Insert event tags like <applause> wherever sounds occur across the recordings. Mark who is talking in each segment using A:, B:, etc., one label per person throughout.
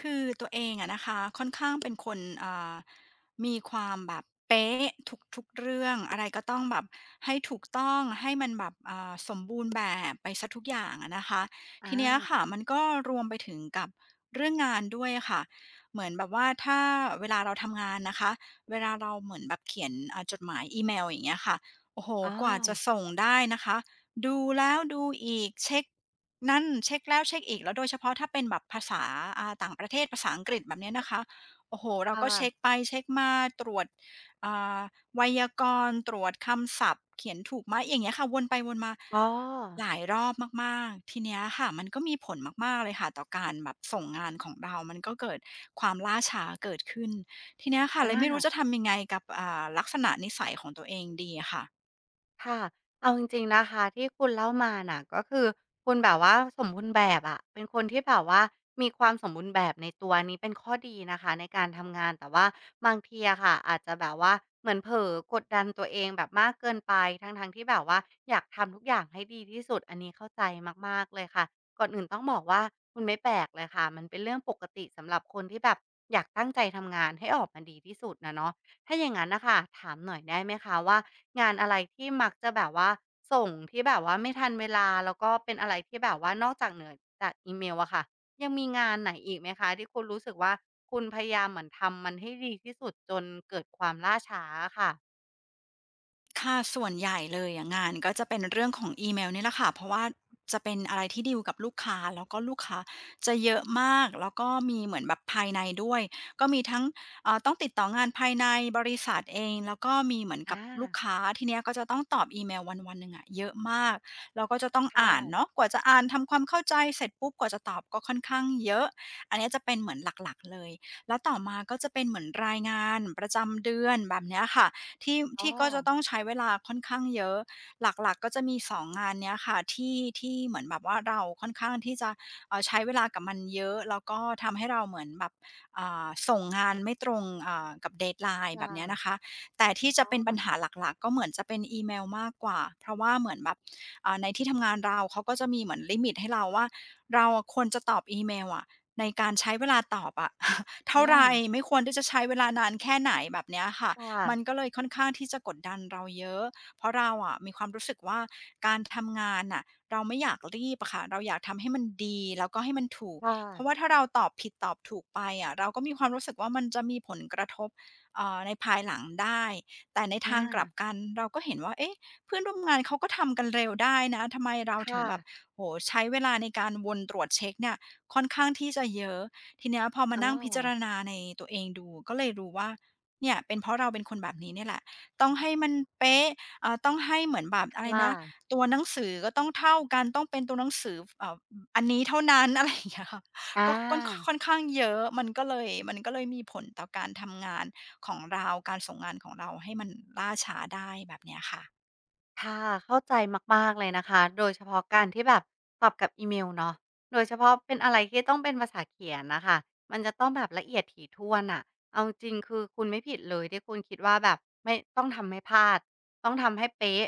A: คือตัวเองอะนะคะค่อนข้างเป็นคนอ่ามีความแบบเป๊ะทุกๆเรื่องอะไรก็ต้องแบบให้ถูกต้องให้มันแบบสมบูรณ์แบบไปซสทุกอย่างอะนะคะ
B: อา
A: ทีเนี้ยค่ะมันก็รวมไปถึงกับเรื่องงานด้วยค่ะเหมือนแบบว่าถ้าเวลาเราทำงานนะคะเวลาเราเหมือนแบบเขียนจดหมายอีเมลอย่างเงี้ยค่ะโอ้โห
B: อ๋อ
A: กว่าจะส่งได้นะคะดูแล้วดูอีกเช็ก นั่นเช็กแล้วเช็กอีกแล้วโดยเฉพาะถ้าเป็นแบบภาษาต่างประเทศภาษาอังกฤษแบบเนี้ยนะคะโอ้โฮเราก็เช็ก
B: ค่ะ
A: ไปเช็กมาตรวจอ่าไวยากรณ์ตรวจคำศัพท์เขียนถูกไหมอย่างเงี้ยค่ะวนไปวนมา
B: อ๋อ
A: หลายรอบมากๆทีเนี้ยค่ะมันก็มีผลมากๆเลยค่ะต่อการแบบส่งงานของเรา มันก็เกิดความล่าช้าเกิดขึ้นทีเนี้ยค่ะ
B: อ
A: เลยไม่รู้
B: า
A: จะทำยังไงกับลักษณะนิสัยของตัวเองดีอะค่ะ
B: ค่ะเอาจริงๆนะคะที่คุณเล่ามาน่ะก็คือคุณแบบว่าสมบูรณ์แบบอะเป็นคนที่แบบว่ามีความสมบูรณ์แบบในตัวอันนี้เป็นข้อดีนะคะในการทำงานแต่ว่าบางทีอะค่ะอาจจะแบบว่าเหมือนเผลอกดดันตัวเองแบบมากเกินไปทั้งๆที่แบบว่าอยากทำทุกอย่างให้ดีที่สุดอันนี้เข้าใจมากๆเลยค่ะก่อนอื่นต้องบอกว่าคุณไม่แปลกเลยค่ะมันเป็นเรื่องปกติสำหรับคนที่แบบอยากตั้งใจทำงานให้ออกมาดีที่สุดน่ะเนาะถ้าอย่างงั้นน่ะค่ะถามหน่อยได้ไหมคะว่า งานอะไรที่มักจะแบบว่าส่งที่แบบว่าไม่ทันเวลาแล้วก็เป็นอะไรที่แบบว่านอกจากเหนือจากอีเมลอะค่ะยังมีงานไหนอีกไหมคะที่คุณรู้สึกว่าคุณพยายามเหมือนทำมันให้ดีที่สุดจนเกิดความล่าช้าอะค่ะ
A: ค่ะส่วนใหญ่เลยอะงานก็จะเป็นเรื่องของอีเมลนี่แหละค่ะเพราะว่าจะเป็นอะไรที่ดีลกับลูกค้าแล้วก็ลูกค้าจะเยอะมากแล้วก็มีเหมือนแบบภายในด้วยก็มีทั้งต้องติดต่องานภายในบริษัทเองแล้วก็มีเหมือนกับลูก
B: อา
A: ค้าทีเนี้ยก็จะต้องตอบอีเมลวันๆหนึ่งอะเยอะมากแล้วก็จะต้องอ่าน
B: ค่ะ
A: เนาะกว่าจะอ่านทำความเข้าใจเสร็จปุ๊บกว่าจะตอบก็ค่อนข้างเยอะอันเนี้ยจะเป็นเหมือนหลักๆเลยแล้วต่อมาก็จะเป็นเหมือนรายงานประจำเดือนแบบเนี้ยค่ะ ที่
B: อ๋อ
A: ที่ก็จะต้องใช้เวลาค่อนข้างเยอะ หลักๆก็จะมี2งงานเนี้ยค่ะที่ที่เหมือนแบบว่าเราค่อนข้างที่จะใช้เวลากับมันเยอะแล้วก็ทำให้เราเหมือนแบบส่งงานไม่ตรงกับ deadline แบ
B: ค่ะ
A: บเนี้ยนะคะแต่ที่จะ
B: อ๋อ
A: เป็นปัญหาหลักๆก็เหมือนจะเป็นอีเมลมากกว่าเพราะว่าเหมือนแบบในที่ทำงานเราเขาก็จะมีเหมือนลิมิตให้เราว่าเราอะควรจะตอบอีเมลอะในการใช้เวลาตอบอะ <laughs> เท่าไร
B: อา
A: ไม่ควรที่จะใช้เวลานานแค่ไหนแบบเนี้ยค่ะ
B: ค่ะ
A: มันก็เลยค่อนข้างที่จะกดดันเราเยอะ เพราะเราอะมีความรู้สึกว่าการทำงานน่ะเราไม่อยากรีบอะค่ะเราอยากทำให้มันดีแล้วก็ให้มันถูก
B: ค่ะ
A: เพราะว่าถ้าเราตอบผิดตอบถูกไปอะเราก็มีความรู้สึกว่ามันจะมีผลกระทบในภายหลังได้ แต่ในทางกลับ
B: อา
A: กันเราก็เห็นว่าเอ๊ะเพื่อนร่วมงานเขาก็ทำกันเร็วได้นะทำไมเราถึง
B: ค่ะ
A: แบบโอ้โฮใช้เวลาในการวนตรวจเช็กเนี่ยค่อนข้างที่จะเยอะทีเนี้ยพอมา
B: อ้อ
A: นั่งพิจารณาในตัวเองดูก็เลยรู้ว่า เนี่ยเป็นเพราะเราเป็นคนแบบนี้เนี่ยแหละต้องให้มันเป๊ะต้องให้เหมือนแบบอะ
B: ค
A: ไรนะ
B: ่ะ
A: ตัวหนังสือก็ต้องเท่ากันต้องเป็นตัวหนังสืออันนี้เท่านั้น <laughs> อะไรอย่างเงี้ยค่ะ
B: อา
A: ก็กนค่อนข้างเยอะมันก็เลยมีผลต่อการทำงานของเราการส่งงานของเราให้มันล่าช้าได้แบบเนี้ยค่ะ
B: ค่ะเข้าใจมากๆเลยนะคะโดยเฉพาะการที่แบบตอบกับอีเมลเนาะโดยเฉพาะเป็นอะไรที่ต้องเป็นภาษาเขียนน่ะค่ะมันจะต้องแบบละเอียดถี่ถ้วนน่ะเอาจริงๆคือคุณไม่ผิดเลยที่คุณคิดว่าแบบไม่ต้องทำให้พลาดต้องทำให้เป๊ะ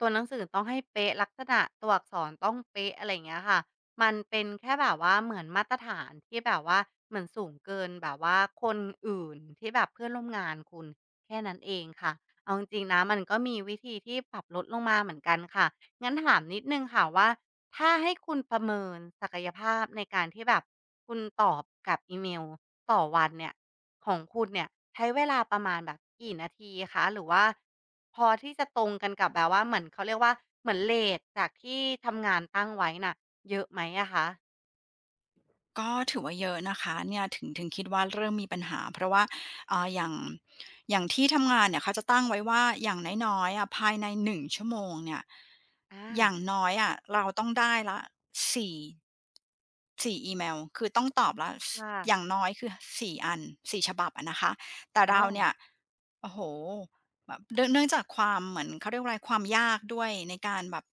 B: ตัวหนังสือต้องให้เป๊ะลักษณะตัวอักษรต้องเป๊ะอะไรอย่างเงี้ยค่ะมันเป็นแค่แบบว่าเหมือนมาตรฐานที่แบบว่าเหมือนสูงเกินแบบว่าคนอื่นที่แบบเพื่อนร่วมงานคุณแค่นั้นเองค่ะ เอาจริงๆนะมันก็มีวิธีที่ปรับลดลงมาเหมือนกันค่ะ งั้นถามนิดนึงค่ะว่าถ้าให้คุณประเมินศักยภาพในการที่แบบคุณตอบกับอีเมลต่อวันเนี่ยของคุณเนี่ยใช้เวลาประมาณแบบกี่นาทีคะหรือว่าพอที่จะตรงกันกับแบบว่าเหมือนเขาเรียกว่าเหมือนเรตจากที่ทำงานตั้งไว้น่ะเยอะไหมอะคะ
A: ก็ถือว่าเยอะนะคะเนี่ยถึงคิดว่าเริ่มมีปัญหาเพราะว่าอ่าอย่างอย่างที่ทำงานเนี่ยเขาจะตั้งไว้ว่าอย่างน้อยๆอะภายในหนึ่งชั่วโมงเนี่ย
B: อา
A: อย่างน้อยอะเราต้องได้ละสี่ส4่อีเมลคือต้องตอบละส
B: ค่ะ
A: อย่างน้อยคือสี่อันสี่ฉบับอะนะคะแต่
B: อ๋อ
A: เราเนี่ยโอ้โหแบบเนื่องจากความเหมือนเขาเรียกว่าอะไรความยากด้วยในการแบบ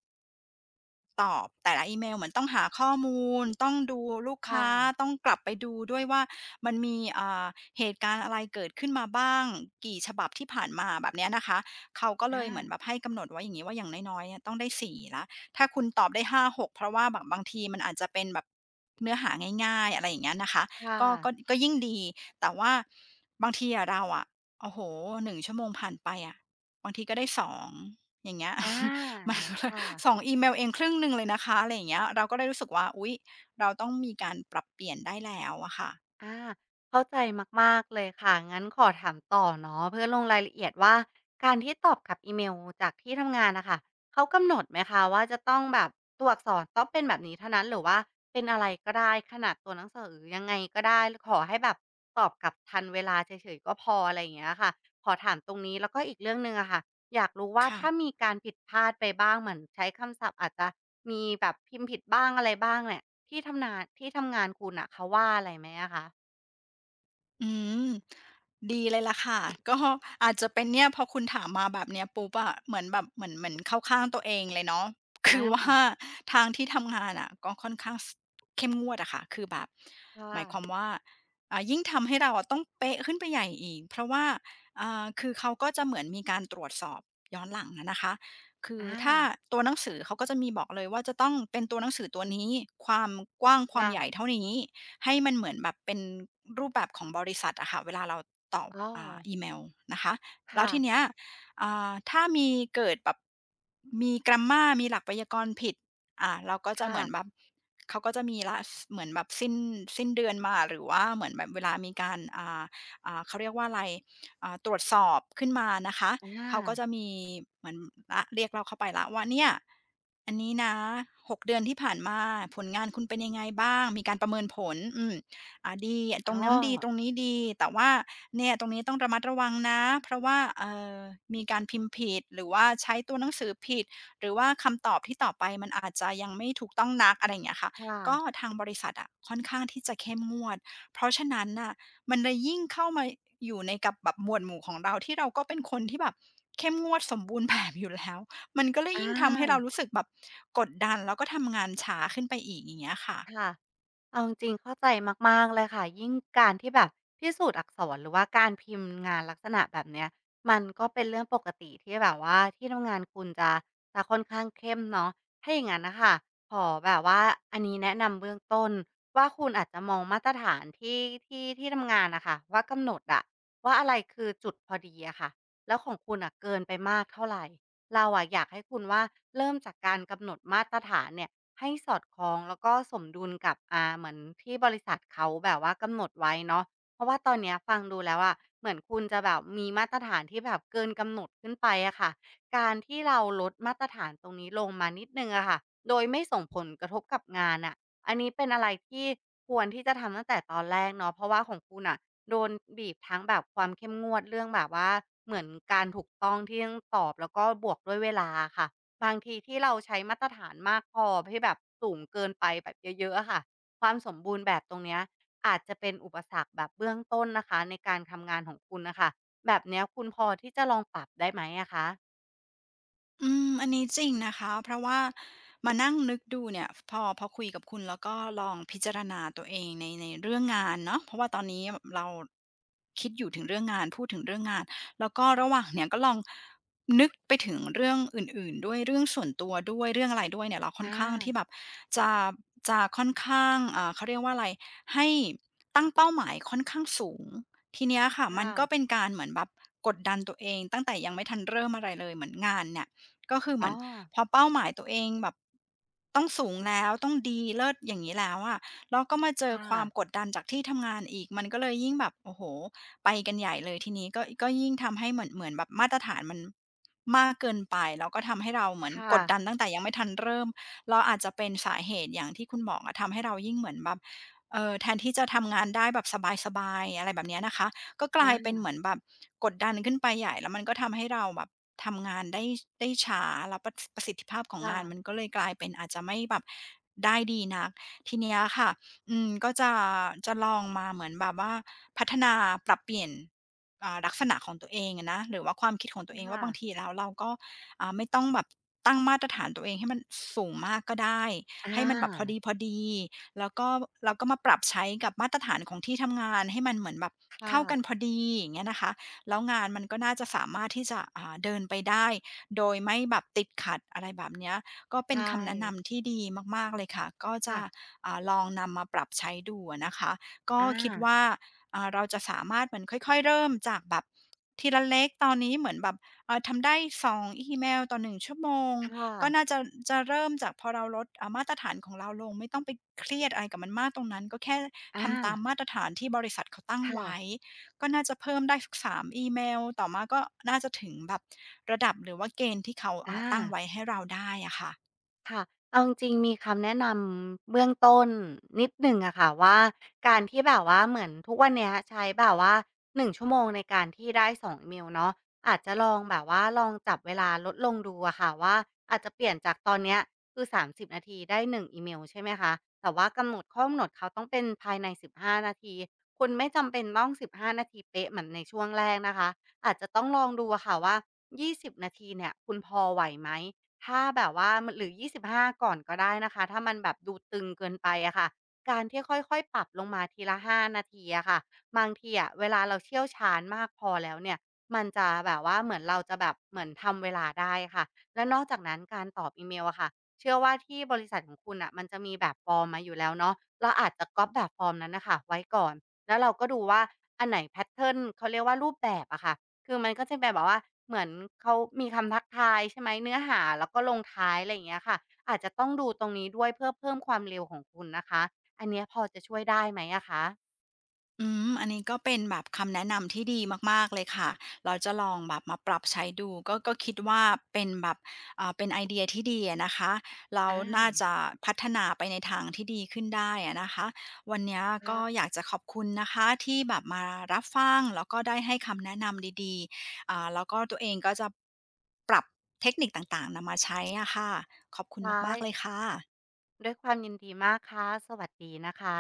A: ตอบแต่ละอีเมลเหมือนต้องหาข้อมูลต้องดูลูก
B: ค
A: ค้า
B: ่ะ
A: ต้องกลับไปดูด้วยว่ามันมีเหตุการณ์อะไรเกิดขึ้นมาบ้างกี่ฉบับที่ผ่านมาแบบเนี้ยนะคะเขาก็เลย
B: อา
A: เหมือนแบบให้กำหนดไว้อย่างงี้ว่าอย่างน้อยๆเนี่ยต้องได้4แล้วถ้าคุณตอบได้หาหกเพราะว่าแบบบางทีมันอาจจะเป็นแบบเนื้อหาง่ายๆอะไรอย่างเงี้ยนะคะ
B: ค่ะ
A: ก็ยิ่งดีแต่ว่าบางทีอะเราอะโอ้โฮ1ชั่วโมงผ่านไปอะบางทีก็ได้2องอย่างเงี้ย
B: อา
A: มัน <laughs> สอ
B: ค่ะ
A: งอีเมลเองครึ่งหนึ่งเลยนะคะอะไรอย่างเงี้ยเราก็ได้รู้สึกว่าอุ๊ยเราต้องมีการปรับเปลี่ยนได้แล้วอะค่ะ
B: อาเข้าใจมากๆเลยค่ะงั้นขอถามต่อเนาะเพื่อลงรายละเอียดว่าการที่ตอบกลับอีเมลจากที่ทำงานน่ะค่ะเขากำหนดไหมคะว่าจะต้องแบบตัวอักษรต้องเป็นแบบนี้เท่านั้นหรือว่าเป็นอะไรก็ได้ขนาดตัวหนังสือยังไงก็ได้ขอให้แบบตอบกลับทันเวลาเฉยๆก็พออะไรอย่างเงี้ยค่ะขอถามตรงนี้แล้วก็อีกเรื่องหนึ่งอะค่ะ อยากรู้ว่า
A: ค่ะ
B: ถ้ามีการผิดพลาดไปบ้างเหมือนใช้คำศัพท์อาจจะมีแบบพิมพ์ผิดบ้างอะไรบ้างเนี่ยที่ทำนานที่ทำงานคุณน่ะเขาว่าอะไรไหมอะคะ
A: อืมดีเลยล่ะค่ะก็อาจจะเป็นเนี่ยพอคุณถามมาแบบเนี้ยปุ๊บอะเหมือนแบบเหมือนเหมือนเข้าข้างตัวเองเลยเนาะ <laughs> คือ
B: อา
A: ว่าทางที่ทำงานอะก็ค่อนข้างเข้มงวดอะค่ะคือแบบ
B: ค
A: หมายความ
B: ่ะ
A: ว่ายิ่งทำให้เราอะต้องเป๊ะขึ้นไปใหญ่อีกเพราะว่าคือเขาก็จะเหมือนมีการตรวจสอบย้อนหลังอะนะคะคือ
B: อา
A: ถ้าตัวหนังสือเขาก็จะมีบอกเลยว่าจะต้องเป็นตัวหนังสือตัวนี้ความกว้างความ
B: ค่ะ
A: ใหญ่เท่านี้ ให้มันเหมือนแบบเป็นรูปแบบของบริษัทอะค่ะเวลาเราตอบ
B: อ้อ
A: อีเมลนะคะแล้ว
B: ค่ะ
A: ทีเนี้ยถ้ามีเกิดแบบมีกร a ม m ามีหลักไวยากรณ์ผิดเราก็จะเห
B: ค่ะ
A: มือนแบบเขาก็จะมีละเหมือนแบบสิ้นเดือนมาหรือว่าเหมือนแบบเวลามีการเขาเรียกว่าอะไรตรวจสอบขึ้นมานะคะ
B: อ
A: เขาก็
B: า
A: จะมีเหมือนละเรียกเราเข้าไปแล้ว่าเนี่ยอันนี้นะหกเดือนที่ผ่านมาผลงานคุณเป็นยังไงบ้างมีการประเมินผลอืมดีต
B: อ๋
A: ร
B: อ
A: งนั้นดีตรงนี้ดีแต่ว่าเนี่ยตรงนี้ต้องระมัดระวังนะเพราะว่ามีการพิมพ์ผิดหรือว่าใช้ตัวหนังสือผิดหรือว่าคำตอบที่ตอบไปมันอาจจะยังไม่ถูกต้องนักอะไรอย่างเงี้ยค่ะ
B: ค่ะ
A: ก็ทางบริษัทอะค่อนข้างที่จะเข้มงวดเพราะฉะนั้นน่ะ มันเลยยิ่งเข้ามาอยู่ในกับแบบหมวดหมู่ของเราที่เราก็เป็นคนที่แบบเข้มงวดสมบูรณ์แบบอยู่แล้ว มันก็เลย
B: อ
A: ยิ่งทำให้เรา
B: า
A: รู้สึกแบบกดดันแล้วก็ทำงานช้าขึ้นไปอีกอย่างเงี้ยค่ะ
B: ค่ะ เอาจริงๆเข้าใจมากๆเลยค่ะยิ่งการที่แบบพิสูจน์อักษรหรือว่าการพิมพ์งานลักษณะแบบเนี้ยมันก็เป็นเรื่องปกติที่แบบว่าที่ทำงานคุณจะจะค่อนข้างเข้มเนาะถ้าอย่างนั้นนะคะขอแบบว่าอันนี้แนะนำเบื้องต้นว่าคุณอาจจะมองมาตรฐานที่ที่ที่ทำงานนะคะว่ากำหนดอะว่าอะไรคือจุดพอดีอะค่ะแล้วของคุณนะเกินไปมากเท่าไหรเราอะอยากให้คุณว่าเริ่มจากการกำหนดมาตรฐานเนี่ย ให้สอดคล้องแล้วก็สมดุลกับเหมือนที่บริษัทเขาแบบว่ากำหนดไว้เนาะเพราะว่าตอนเนี้ยฟังดูแล้วอะเหมือนคุณจะแบบมีมาตรฐานที่แบบเกินกำหนดขึ้นไปอะค่ะการที่เราลดมาตรฐานตรงนี้ลงมานิดหนึ่งอะค่ะโดยไม่ส่งผลกระทบกับงานน่ะอันนี้เป็นอะไรที่ควรที่จะทำตั้งแต่ตอนแรกเนาะเพราะว่าของคุณน่ะโดนบีบทั้งแบบความเข้มงวดเรื่องแบบว่าเหมือนการถูกต้องที่ต้องตอบแล้วก็บวกด้วยเวลาอะค่ะ บางทีที่เราใช้มาตรฐานมากพอที่แบบสูงเกินไปแบบเยอะๆอะค่ะความสมบูรณ์แบบตรงเนี้ยอาจจะเป็นอุปสรรคแบบเบื้องต้นนะคะในการทำงานของคุณน่ะค่ะแบบเนี้ยคุณพอที่จะลองปรับได้ไหมอะคะ
A: อืมอันนี้จริงนะคะเพราะว่ามานั่งนึกดูเนี่ยพอคุยกับคุณแล้วก็ลองพิจารณาตัวเองในเรื่องงานเนาะเพราะว่าตอนนี้เราคิดอยู่ถึงเรื่องงานพูดถึงเรื่องงานแล้วก็ระหว่างเนี่ยก็ลองนึกไปถึงเรื่องอื่นๆด้วยเรื่องส่วนตัวด้วยเรื่องอะไรด้วยเนี่ยเราค่อน
B: อา
A: ข้างที่แบบจะจะค่อนข้างเขาเรียกว่าอะไรให้ตั้งเป้าหมายค่อนข้างสูงทีเนี้ยค่ะมัน
B: ค่ะ
A: ก็เป็นการเหมือนแบบกดดันตัวเองตั้งแต่ยังไม่ทันเริ่มอะไรเลยเหมือนงานเนี่ย ก็คือเห
B: อ๋
A: มื
B: อ
A: อนพอเป้าหมายตัวเองแบบต้องสูงแล้วต้องดีเลิศอย่างนี้แล้วอะแล้วก็มาเจอ
B: ค่ะ
A: ความกดดันจากที่ทำงานอีกมันก็เลยยิ่งแบบโอ้โหไปกันใหญ่เลยทีนี้ก็ยิ่งทำให้เหมือนแบบมาตรฐานมันมากเกินไปแล้วก็ทำให้เราเหมือน
B: ค่ะ
A: กดดันตั้งแต่ยังไม่ทันเริ่มเราอาจจะเป็นสาเหตุอย่างที่คุณบอกอะทำให้เรายิ่งเหมือนแบบเออแทนที่จะทำงานได้แบบสบายๆอะไรแบบเนี้ยนะคะก็กลา
B: อา
A: ยเป็นเหมือนแบบกดดันขึ้นไปใหญ่แล้วมันก็ทำให้เราแบบ ทำงานได้ช้าแล้วประสิทธิภาพของงานมัน
B: ค่ะ
A: ก็เลยกลายเป็นอาจจะไม่แบบได้ดีนักทีเนี้ยค่ะอืมก็จะลองมาเหมือนแบบว่าพัฒนาปรับเปลี่ยนลักษณะของตัวเองอะนะหรือว่าความคิดของตัวเองว่า
B: ค่ะ
A: บางทีแล้วเราก็ไม่ต้องแบบตั้งมาตรฐานตัวเองให้มันสูงมากก็ได้
B: อ
A: ให้มันแบบพอ
B: า
A: ดีๆแล้วก็เราก็มาปรับใช้กับมาตรฐานของที่ทำงานให้มันเหมือนแบบ
B: ค
A: เข้ากันพอ
B: ่ะ
A: ดีอย่างเงี้ยนะคะ แล้วงานมันก็น่าจะสามารถที่จะเดินไปได้โดยไม่แบบติดขัดอะไรแบบเนี้ยก็เป็น
B: ใช่
A: คำแนะนำที่ดีมากๆเลยค่ะก็จะ
B: ค่ะ
A: ลองนำมาปรับใช้ดูอะนะคะก็
B: อา
A: คิดว่าเราจะสามารถเหมือนค่อยๆเริ่มจากแบบทีละเล็กตอนนี้เหมือนแบบทำได้2องอีเมลต่อ1ชั่วโมง
B: ค่ะ
A: ก็น่าจะจะเริ่มจากพอเราลดมาตรฐานของเราลงไม่ต้องไปเครียดอะไรกับมันมากตรงนั้นก็แค่
B: อา
A: ทำตามมาตรฐานที่บริษัทเขาตั้ง
B: ค่ะ
A: ไว้ ก็น่าจะเพิ่มได้สัก3อีเมล ต่อมาก็น่าจะถึงแบบระดับหรือว่าเกณฑ์ที่เขา
B: อา
A: ตั้งไว้ให้เราได้อะค่ะ
B: ค่ะเอาจริงๆมีคำแนะนำเบื้องต้นนิดหนึ่งอะค่ะว่าการที่แบบว่าเหมือนทุกวันเนี้ยใช้แบบว่า1ชั่วโมงในการที่ได้2องอีเมลเนาะอาจจะลองแบบว่าลองจับเวลาลดลงดูอะค่ะว่าอาจจะเปลี่ยนจากตอนเนี้ยคือ30นาทีได้หนึ่งอีเมลใช่ไหมคะแต่ว่ากำหนดข้อกำหนดเขาต้องเป็นภายในสิบห้านาทีคุณไม่จำเป็นต้องสิบห้านาทีเป๊ะเหมือนในช่วงแรกนะคะอาจจะต้องลองดูอะค่ะว่า20นาทีเนี่ยคุณพอไหวไหม ถ้าแบบว่ามันหรือ25ก่อนก็ได้นะคะถ้ามันแบบดูตึงเกินไปอะค่ะการที่ค่อยๆปรับลงมาทีละ5นาทีอะค่ะบางทีอะเวลาเราเชี่ยวชาญมากพอแล้วเนี่ยมันจะแบบว่าเหมือนเราจะแบบเหมือนทำเวลาได้ค่ะแล้วนอกจากนั้นการตอบอีเมลอะค่ะเชื่อว่าที่บริษัทของคุณน่ะมันจะมีแบบฟอร์มมาอยู่แล้วเนาะเราอาจจะก๊อบแบบฟอร์มนั้นน่ะค่ะไว้ก่อนแล้วเราก็ดูว่าอันไหนแพตเทิร์นเขาเรียกว่ารูปแบบอะค่ะ คือมันก็จะแป็แบบว่าเหมือนเขามีคำทักทายใช่ไหมเนื้อหาแล้วก็ลงท้ายอะไรอย่างเงี้ยค่ะอาจจะต้องดูตรงนี้ด้วยเพื่อเพิ่มความเร็วของคุณนะคะอันเนี้ยพอจะช่วยได้ไหมอะคะ
A: อืมอันนี้ก็เป็นแบบคำแนะนำที่ดีมากๆ เลยค่ะเราจะลองแบบมาปรับใช้ดูก็คิดว่าเป็นแบบเป็นไอเดียที่ดีอะนะคะแล้
B: อ
A: วน่า
B: า
A: จะพัฒนาไปในทางที่ดีขึ้นได้อะนะคะวันนี้ก็
B: ค่ะ
A: อยากจะขอบคุณนะคะที่แบบมารับฟังแล้วก็ได้ให้คำแนะนำดีๆแล้วก็ตัวเองก็จะปรับเทคนิคต่างๆนำมาใช้อะค่ะขอบคุณ
B: ได้
A: มากๆเลยค่ะ
B: ด้วยความยินดีมากค่ะสวัสดีนะคะ